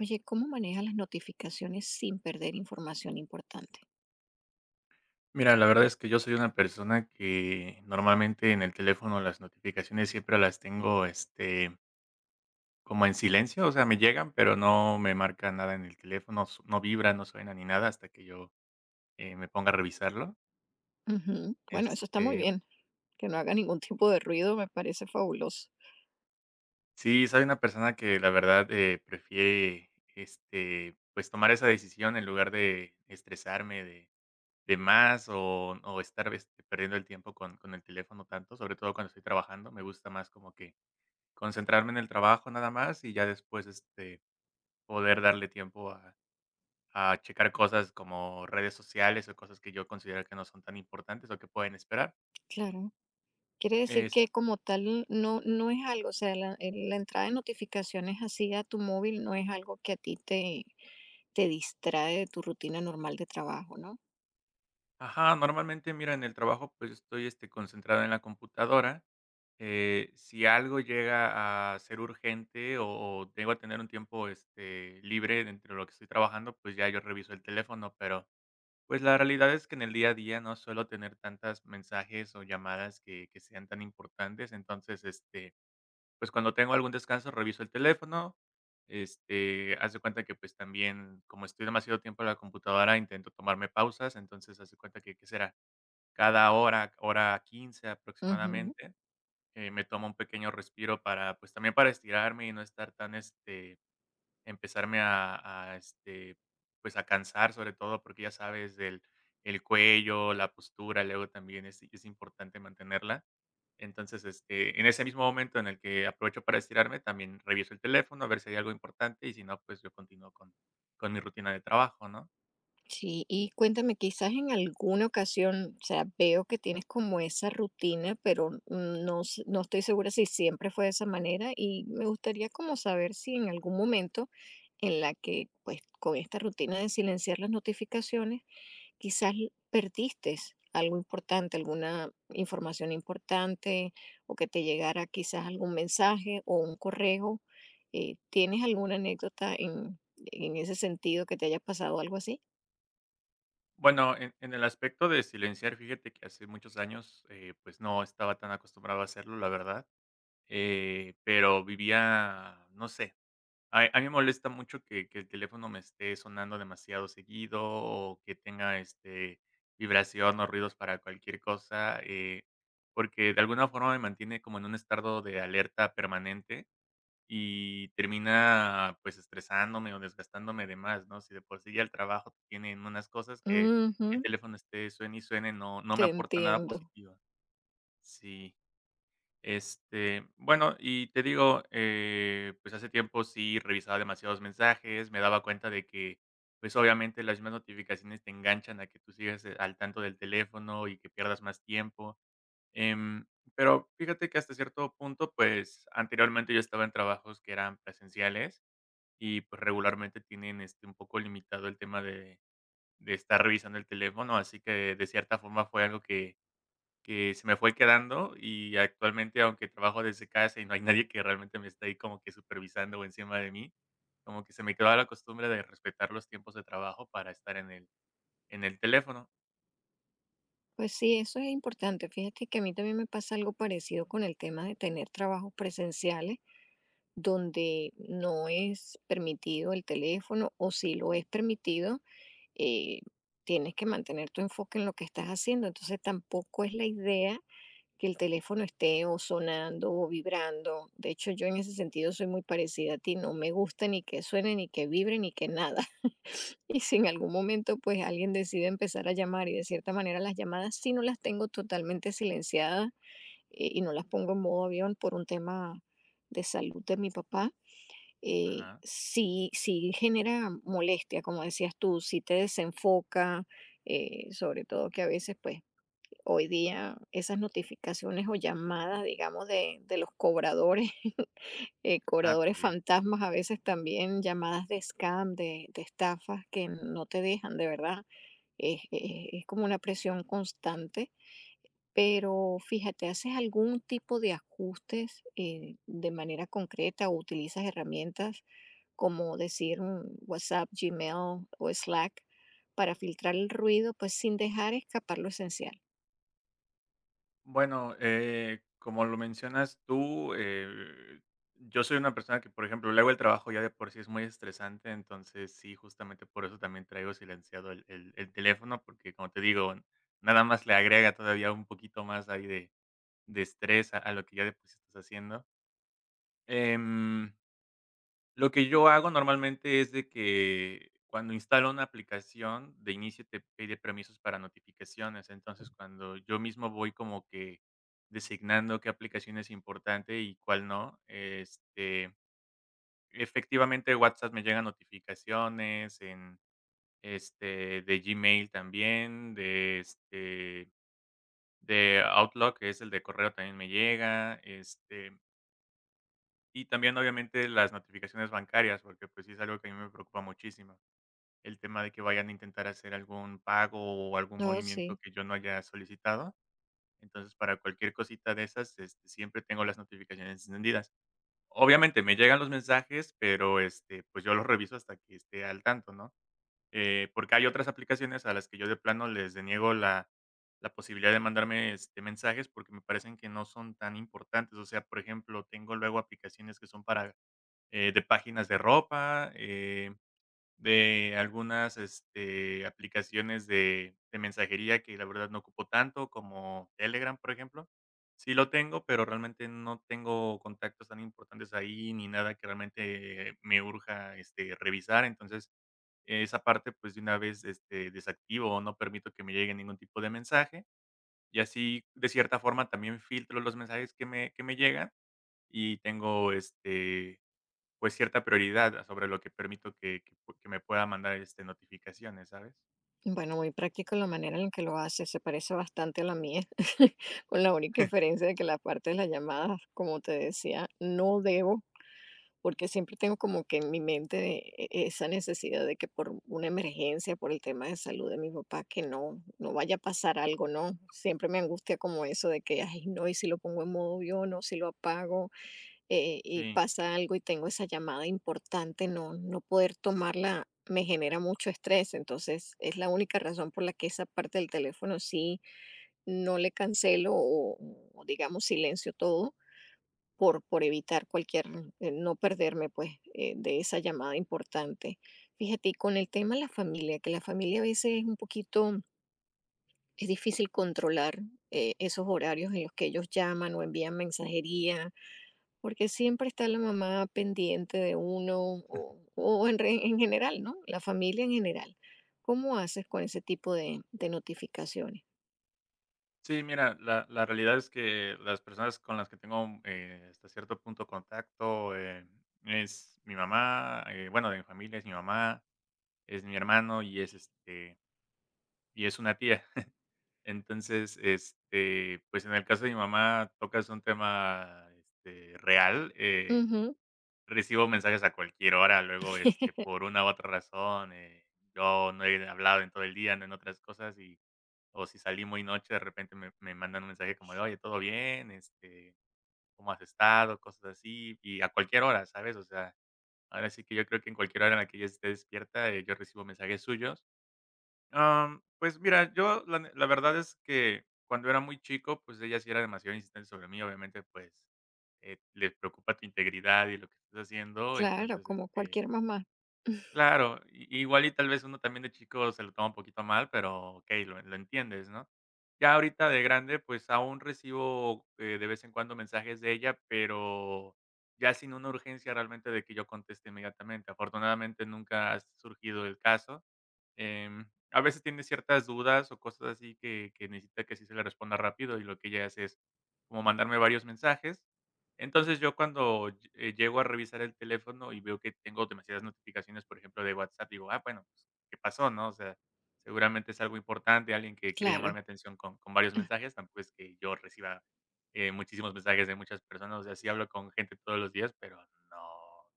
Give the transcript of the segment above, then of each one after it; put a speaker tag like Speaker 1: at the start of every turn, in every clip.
Speaker 1: Oye, ¿cómo manejas las notificaciones sin perder información importante?
Speaker 2: Mira, la verdad es que yo soy una persona que normalmente en el teléfono las notificaciones siempre las tengo, como en silencio, o sea, me llegan, pero no me marca nada en el teléfono, no vibra, no suena ni nada hasta que yo me ponga a revisarlo.
Speaker 1: Ujú. Bueno, eso está muy
Speaker 2: Este,
Speaker 1: bien. Que no haga ningún tipo de ruido me parece fabuloso.
Speaker 2: sí, soy una persona que la verdad prefiere, pues tomar esa decisión en lugar de estresarme de más o estar perdiendo el tiempo con el teléfono tanto, sobre todo cuando estoy trabajando, me gusta más como que concentrarme en el trabajo nada más y ya después, poder darle tiempo a checar cosas como redes sociales o cosas que yo considero que no son tan importantes o que pueden esperar.
Speaker 1: Claro. Quiere decir
Speaker 2: Es
Speaker 1: que como tal no es algo, o sea, la entrada de notificaciones así a tu móvil no es algo que a ti te distrae de tu rutina normal de trabajo, ¿no?
Speaker 2: ajá, normalmente, mira, en el trabajo, pues, estoy, concentrado en la computadora, si algo llega a ser urgente o llego a tener un tiempo, libre entre lo que estoy trabajando, pues, ya yo reviso el teléfono, pero pues la realidad es que en el día a día no suelo tener tantas mensajes o llamadas que sean tan importantes. Entonces, pues cuando tengo algún descanso, reviso el teléfono. Haz de cuenta que pues también, como estoy demasiado tiempo en la computadora, intento tomarme pausas. Entonces, haz de cuenta que, ¿qué será? Cada hora, hora 15
Speaker 1: Ujú.
Speaker 2: aproximadamente, me tomo un pequeño respiro para, pues también para estirarme y no estar tan, empezarme a, pues, a cansar, sobre todo porque ya sabes, el cuello, la postura, luego también es importante mantenerla. Entonces, en ese mismo momento en el que aprovecho para estirarme, también reviso el teléfono, a ver si hay algo importante, y si no, pues, yo continúo con mi rutina de trabajo, ¿no?
Speaker 1: Sí, y cuéntame, quizás en alguna ocasión, o sea, veo que tienes como esa rutina, pero no estoy segura si siempre fue de esa manera y me gustaría como saber si en algún momento en la que, pues, con esta rutina de silenciar las notificaciones, quizás perdiste algo importante, alguna información importante o que te llegara quizás algún mensaje o un correo. ¿Tienes alguna anécdota en ese sentido que te haya pasado algo así?
Speaker 2: Bueno, en el aspecto de silenciar, fíjate que hace muchos años, pues, no estaba tan acostumbrado a hacerlo, la verdad, pero vivía, no sé, ay, a mí me molesta mucho que el teléfono me esté sonando demasiado seguido, o que tenga, vibración o ruidos para cualquier cosa, porque de alguna forma me mantiene como en un estado de alerta permanente y termina, pues, estresándome o desgastándome de más, ¿no? Si de por sí ya el trabajo tiene unas cosas, que
Speaker 1: Ujú,
Speaker 2: el teléfono esté suene y suene, no me
Speaker 1: te
Speaker 2: aporta nada
Speaker 1: entiendo.
Speaker 2: positivo. Sí. Bueno, y te digo, pues, hace tiempo sí revisaba demasiados mensajes, me daba cuenta de que, pues, obviamente las mismas notificaciones te enganchan a que tú sigas, al tanto del teléfono y que pierdas más tiempo, em, pero fíjate que hasta cierto punto, pues, anteriormente yo estaba en trabajos que eran presenciales y, pues, regularmente tienen, un poco limitado el tema de estar revisando el teléfono, así que de cierta forma fue algo que se me fue quedando y actualmente, aunque trabajo desde casa y no hay nadie que realmente me esté ahí como que supervisando o encima de mí, como que se me quedó la costumbre de respetar los tiempos de trabajo para estar en el teléfono.
Speaker 1: Pues sí, eso es importante. Fíjate que a mí también me pasa algo parecido con el tema de tener trabajos presenciales donde no es permitido el teléfono o si lo es permitido, eh, tienes que mantener tu enfoque en lo que estás haciendo. Entonces tampoco es la idea que el teléfono esté o sonando o vibrando. De hecho, yo en ese sentido soy muy parecida a ti, no me gusta ni que suene, ni que vibre, ni que nada. Y si en algún momento pues alguien decide empezar a llamar y de cierta manera las llamadas sí no las tengo totalmente silenciadas y no las pongo en modo avión por un tema de salud de mi papá,
Speaker 2: Ajá.
Speaker 1: sí, sí genera molestia, como decías tú, sí te desenfoca, sobre todo que a veces pues hoy día esas notificaciones o llamadas, digamos, de los cobradores,
Speaker 2: Ah,
Speaker 1: cobradores
Speaker 2: también.
Speaker 1: fantasmas, a veces también llamadas de scam, de estafas que no te dejan, de verdad, es como una presión constante. Pero fíjate, ¿haces algún tipo de ajustes de manera concreta o utilizas herramientas como decir mm, WhatsApp, Gmail o Slack para filtrar el ruido, pues sin dejar escapar lo esencial?
Speaker 2: Bueno, como lo mencionas tú, yo soy una persona que, por ejemplo, luego el trabajo ya de por sí es muy estresante, entonces sí, justamente por eso también traigo silenciado el teléfono, porque como te digo, nada más le agrega todavía un poquito más ahí de estrés a lo que ya de por sí estás haciendo. Em, lo que yo hago normalmente es de que cuando instalo una aplicación, de inicio te pide permisos para notificaciones. Entonces, cuando yo mismo voy como que designando qué aplicación es importante y cuál no, efectivamente WhatsApp me llegan notificaciones, de Gmail también, de Outlook, que es el de correo, también me llega. Y también, obviamente, las notificaciones bancarias, porque, pues, sí es algo que a mí me preocupa muchísimo. El tema de que vayan a intentar hacer algún pago o algún
Speaker 1: Oh,
Speaker 2: movimiento
Speaker 1: sí.
Speaker 2: que yo no haya solicitado. Entonces, para cualquier cosita de esas, siempre tengo las notificaciones encendidas. Obviamente, me llegan los mensajes, pero, pues, yo los reviso hasta que esté al tanto, ¿no? Porque hay otras aplicaciones a las que yo de plano les deniego la posibilidad de mandarme, mensajes porque me parecen que no son tan importantes. O sea, por ejemplo, tengo luego aplicaciones que son para de páginas de ropa, de algunas, aplicaciones de mensajería que la verdad no ocupo tanto, como Telegram, por ejemplo. Sí lo tengo, pero realmente no tengo contactos tan importantes ahí, ni nada que realmente me urja, revisar. Entonces, esa parte, pues, de una vez, desactivo o no permito que me llegue ningún tipo de mensaje, y así, de cierta forma, también filtro los mensajes que me llegan y tengo, pues, cierta prioridad sobre lo que permito que me pueda mandar, notificaciones, ¿sabes?
Speaker 1: Bueno, muy práctico la manera en la que lo hace, se parece bastante a la mía, con la única diferencia de que la parte de las llamadas, como te decía, no debo, porque siempre tengo como que en mi mente esa necesidad de que por una emergencia, por el tema de salud de mi papá, que no vaya a pasar algo, ¿no? Siempre me angustia como eso de que, ay, no, y si lo pongo en modo avión, o si lo apago, y
Speaker 2: Sí.
Speaker 1: pasa algo y tengo esa llamada importante, no poder tomarla me genera mucho estrés. Entonces, es la única razón por la que esa parte del teléfono sí no le cancelo o digamos, silencio todo por evitar cualquier, no perderme pues de esa llamada importante. Fíjate, y con el tema de la familia, que la familia a veces es un poquito, es difícil controlar esos horarios en los que ellos llaman o envían mensajería porque siempre está la mamá pendiente de uno o, en general, ¿no? La familia en general. ¿Cómo haces con ese tipo de notificaciones?
Speaker 2: Sí, mira, la realidad es que las personas con las que tengo, hasta cierto punto contacto, es mi mamá, bueno, de mi familia es mi mamá, es mi hermano y es una tía. Entonces, pues, en el caso de mi mamá tocas un tema, real.
Speaker 1: Ujú.
Speaker 2: Recibo mensajes a cualquier hora, luego, por una u otra razón, yo no he hablado en todo el día, no en otras cosas, o si salí muy noche, de repente me mandan un mensaje como de: "Oye, ¿todo bien? ¿Cómo has estado?", cosas así, y a cualquier hora, ¿sabes? O sea, ahora sí que yo creo que en cualquier hora en la que yo esté despierta, yo recibo mensajes suyos. Pues mira, yo la verdad es que cuando era muy chico, pues ella sí era demasiado insistente sobre mí, obviamente, pues, le preocupa tu integridad y lo que estás haciendo,
Speaker 1: Claro,
Speaker 2: entonces,
Speaker 1: como cualquier mamá.
Speaker 2: claro, i igual y tal vez uno también de chico se lo toma un poquito mal, pero okey, lo entiendes, ¿no? Ya ahorita de grande, pues aún recibo, de vez en cuando mensajes de ella, pero ya sin una urgencia realmente de que yo conteste inmediatamente. Afortunadamente, nunca ha surgido el caso. A veces tiene ciertas dudas o cosas así que necesita que sí se le responda rápido, y lo que ella hace es como mandarme varios mensajes. Entonces, yo cuando ll llego a revisar el teléfono y veo que tengo demasiadas notificaciones, por ejemplo, de WhatsApp, digo: "Ah, bueno, pues, ¿qué pasó?", ¿no? O sea, seguramente es algo importante, alguien que quiere llamar
Speaker 1: Claro.
Speaker 2: mi atención con varios mensajes, tampoco es que yo reciba, muchísimos mensajes de muchas personas, o sea, sí hablo con gente todos los días, pero no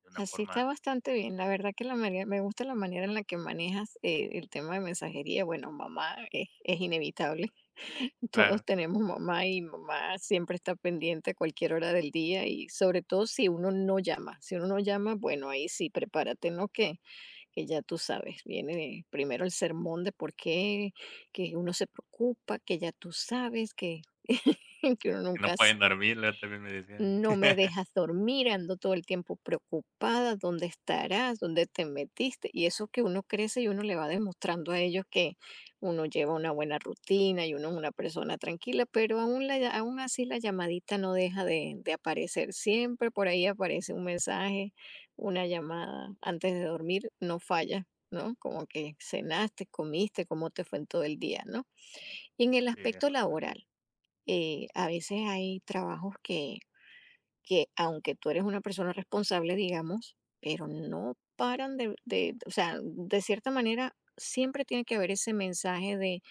Speaker 2: de una
Speaker 1: Así está
Speaker 2: forma,
Speaker 1: bastante bien. La verdad que la manera, me gusta la manera en la que manejas el tema de mensajería. Bueno, mamá es inevitable. Todos
Speaker 2: claro,
Speaker 1: tenemos mamá y mamá siempre está pendiente a cualquier hora del día y sobre todo si uno no llama. Si uno no llama, bueno, ahí sí, prepárate, ¿no? Que ya tú sabes, viene primero el sermón de por qué, que uno se preocupa, que ya tú sabes, que, que uno
Speaker 2: que no
Speaker 1: nunca
Speaker 2: pueden dormir, luego también me decían.
Speaker 1: no me dejas dormir, ando todo el tiempo preocupada, ¿dónde estarás? ¿Dónde te metiste? Y eso que uno crece y uno le va demostrando a ellos que uno lleva una buena rutina y uno es una persona tranquila, pero aún así la llamadita no deja de aparecer. Siempre por ahí aparece un mensaje, una llamada antes de dormir, no falla, ¿no? Como que cenaste, comiste, cómo te fue en todo el día, ¿no? Y en el
Speaker 2: Sí,
Speaker 1: aspecto laboral,
Speaker 2: afortunadamente.
Speaker 1: a veces hay trabajos que aunque tú eres una persona responsable, digamos, pero no paran o sea, de cierta manera siempre tiene que haber ese mensaje de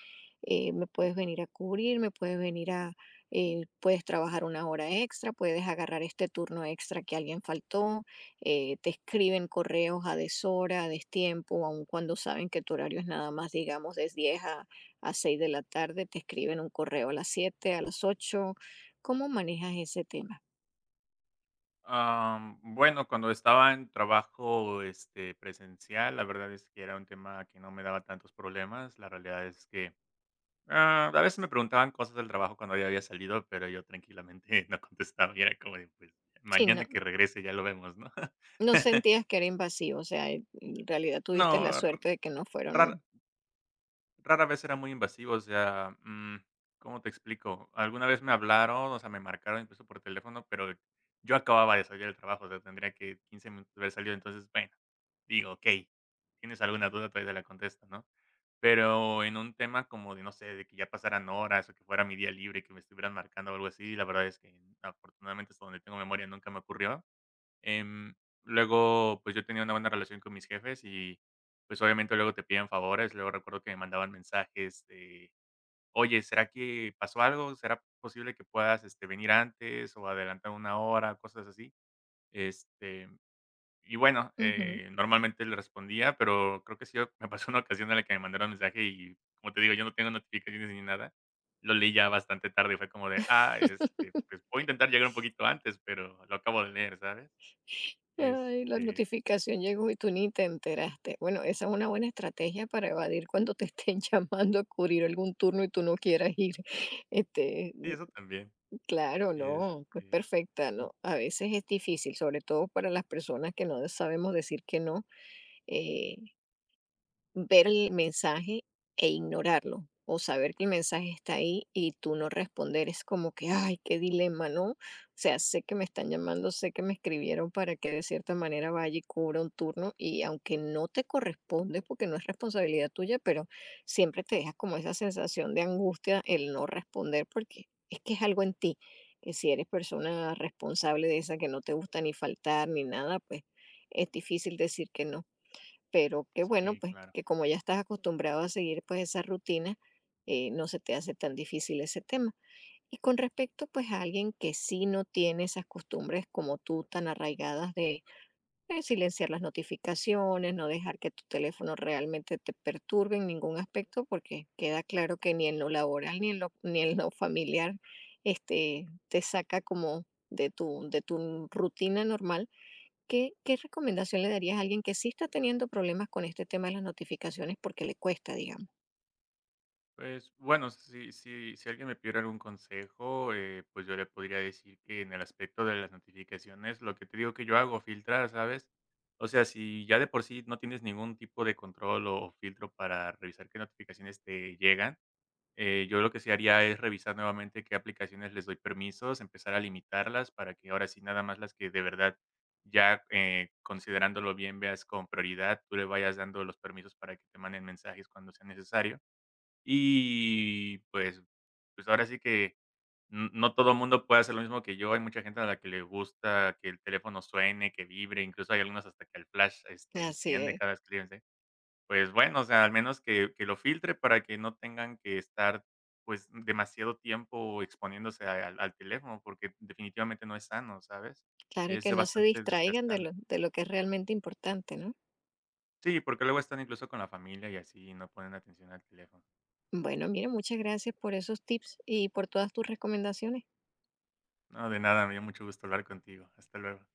Speaker 1: me puedes venir a cubrir, me puedes venir a, puedes trabajar una hora extra, puedes agarrar este turno extra que alguien faltó, te escriben correos a deshora, a destiempo, aun cuando saben que tu horario es nada más, digamos, de diez a 6 de la tarde, te escriben un correo a las 7, a las 8. ¿Cómo manejas ese tema?
Speaker 2: Bueno, cuando estaba en trabajo, presencial, la verdad es que era un tema que no me daba tantos problemas. La realidad es que, a veces me preguntaban cosas del trabajo cuando ya había salido, pero yo tranquilamente no contestaba y era como de, pues,
Speaker 1: Sí, no,
Speaker 2: mañana que regrese ya lo vemos, ¿no?
Speaker 1: no sentías que era invasivo, o sea, en realidad tuviste la
Speaker 2: No,
Speaker 1: suerte de que no
Speaker 2: ra-
Speaker 1: fueron
Speaker 2: Rara vez era muy invasivo, o sea, ¿cómo te explico? Alguna vez me hablaron, o sea, me marcaron incluso por teléfono, pero yo acababa de salir del trabajo, o sea, tendría que 15 minutos de haber salido, entonces, bueno, digo, ok, tienes alguna duda, todavía te la contesto, ¿no? Pero en un tema como de, no sé, de que ya pasaran horas o que fuera mi día libre y que me estuvieran marcando o algo así, la verdad es que afortunadamente hasta donde tengo memoria nunca me ocurrió. Em, luego, pues, yo tenía una buena relación con mis jefes y, pues, obviamente luego te piden favores. Luego recuerdo que me mandaban mensajes de: "Oye, ¿será que pasó algo? ¿Será posible que puedas, venir antes o adelantar una hora?", cosas así. Este, y bueno,
Speaker 1: ujú.
Speaker 2: normalmente le respondía, pero creo que sí me pasó una ocasión en la que me mandaron mensaje y, como te digo, yo no tengo notificaciones ni nada. Lo leí ya bastante tarde y fue como de: "Ah, pues, voy a intentar llegar un poquito antes, pero lo acabo de leer", ¿sabes?
Speaker 1: Ay, la
Speaker 2: Este
Speaker 1: notificación llegó y tú ni te enteraste. Bueno, esa es una buena estrategia para evadir cuando te estén llamando a cubrir algún turno y tú no quieras ir. Este,
Speaker 2: Sí, eso también.
Speaker 1: claro, no, es
Speaker 2: Este,
Speaker 1: perfecta,
Speaker 2: mm,
Speaker 1: ¿no? A veces es difícil, sobre todo para las personas que no sabemos decir que no. Eh, ver el mensaje e ignorarlo, o saber que el mensaje está ahí y tú no responder, es como que, ay, qué dilema, ¿no? O sea, sé que me están llamando, sé que me escribieron para que de cierta manera vaya y cubra un turno y aunque no te corresponde porque no es responsabilidad tuya, pero siempre te deja como esa sensación de angustia el no responder porque es que es algo en ti, que si eres persona responsable de esa que no te gusta ni faltar ni nada, pues es difícil decir que no. Pero que bueno,
Speaker 2: sí,
Speaker 1: pues,
Speaker 2: claro.
Speaker 1: que como ya estás acostumbrado a seguir, pues, esa rutina, no se te hace tan difícil ese tema. Y con respecto, pues, a alguien que sí no tiene esas costumbres como tú, tan arraigadas de, silenciar las notificaciones, no dejar que tu teléfono realmente te perturbe en ningún aspecto, porque queda claro que ni en lo laboral, ni en lo familiar, te saca como de tu rutina normal. ¿Qué, qué recomendación le darías a alguien que sí está teniendo problemas con este tema de las notificaciones porque le cuesta, digamos?
Speaker 2: Pues, bueno, si alguien me pidiera algún consejo, pues, yo le podría decir que en el aspecto de las notificaciones, lo que te digo que yo hago, filtrar, ¿sabes? O sea, si ya de por sí no tienes ningún tipo de control o filtro para revisar qué notificaciones te llegan. Yo lo que sí haría es revisar nuevamente qué aplicaciones les doy permisos, empezar a limitarlas para que ahora sí nada más las que de verdad ya considerándolo bien veas con prioridad, tú le vayas dando los permisos para que te manden mensajes cuando sea necesario. Y pues, ahora sí que no todo el mundo puede hacer lo mismo que yo. Hay mucha gente a la que le gusta que el teléfono suene, que vibre, incluso hay algunos hasta que el flash
Speaker 1: Así
Speaker 2: enciende
Speaker 1: es.
Speaker 2: cada vez que le. Pues bueno, o sea, al menos que lo filtre para que no tengan que estar, pues, demasiado tiempo exponiéndose al teléfono, porque definitivamente no es sano, ¿sabes?
Speaker 1: Claro, y
Speaker 2: Es
Speaker 1: que no se
Speaker 2: bastante
Speaker 1: distraigan de
Speaker 2: desgastante.
Speaker 1: de lo que es realmente importante, ¿no?
Speaker 2: Sí, porque luego están incluso con la familia y así, y no ponen atención al teléfono.
Speaker 1: Bueno, mira, muchas gracias por esos tips y por todas tus recomendaciones.
Speaker 2: No, de nada, me dio mucho gusto hablar contigo. Hasta luego.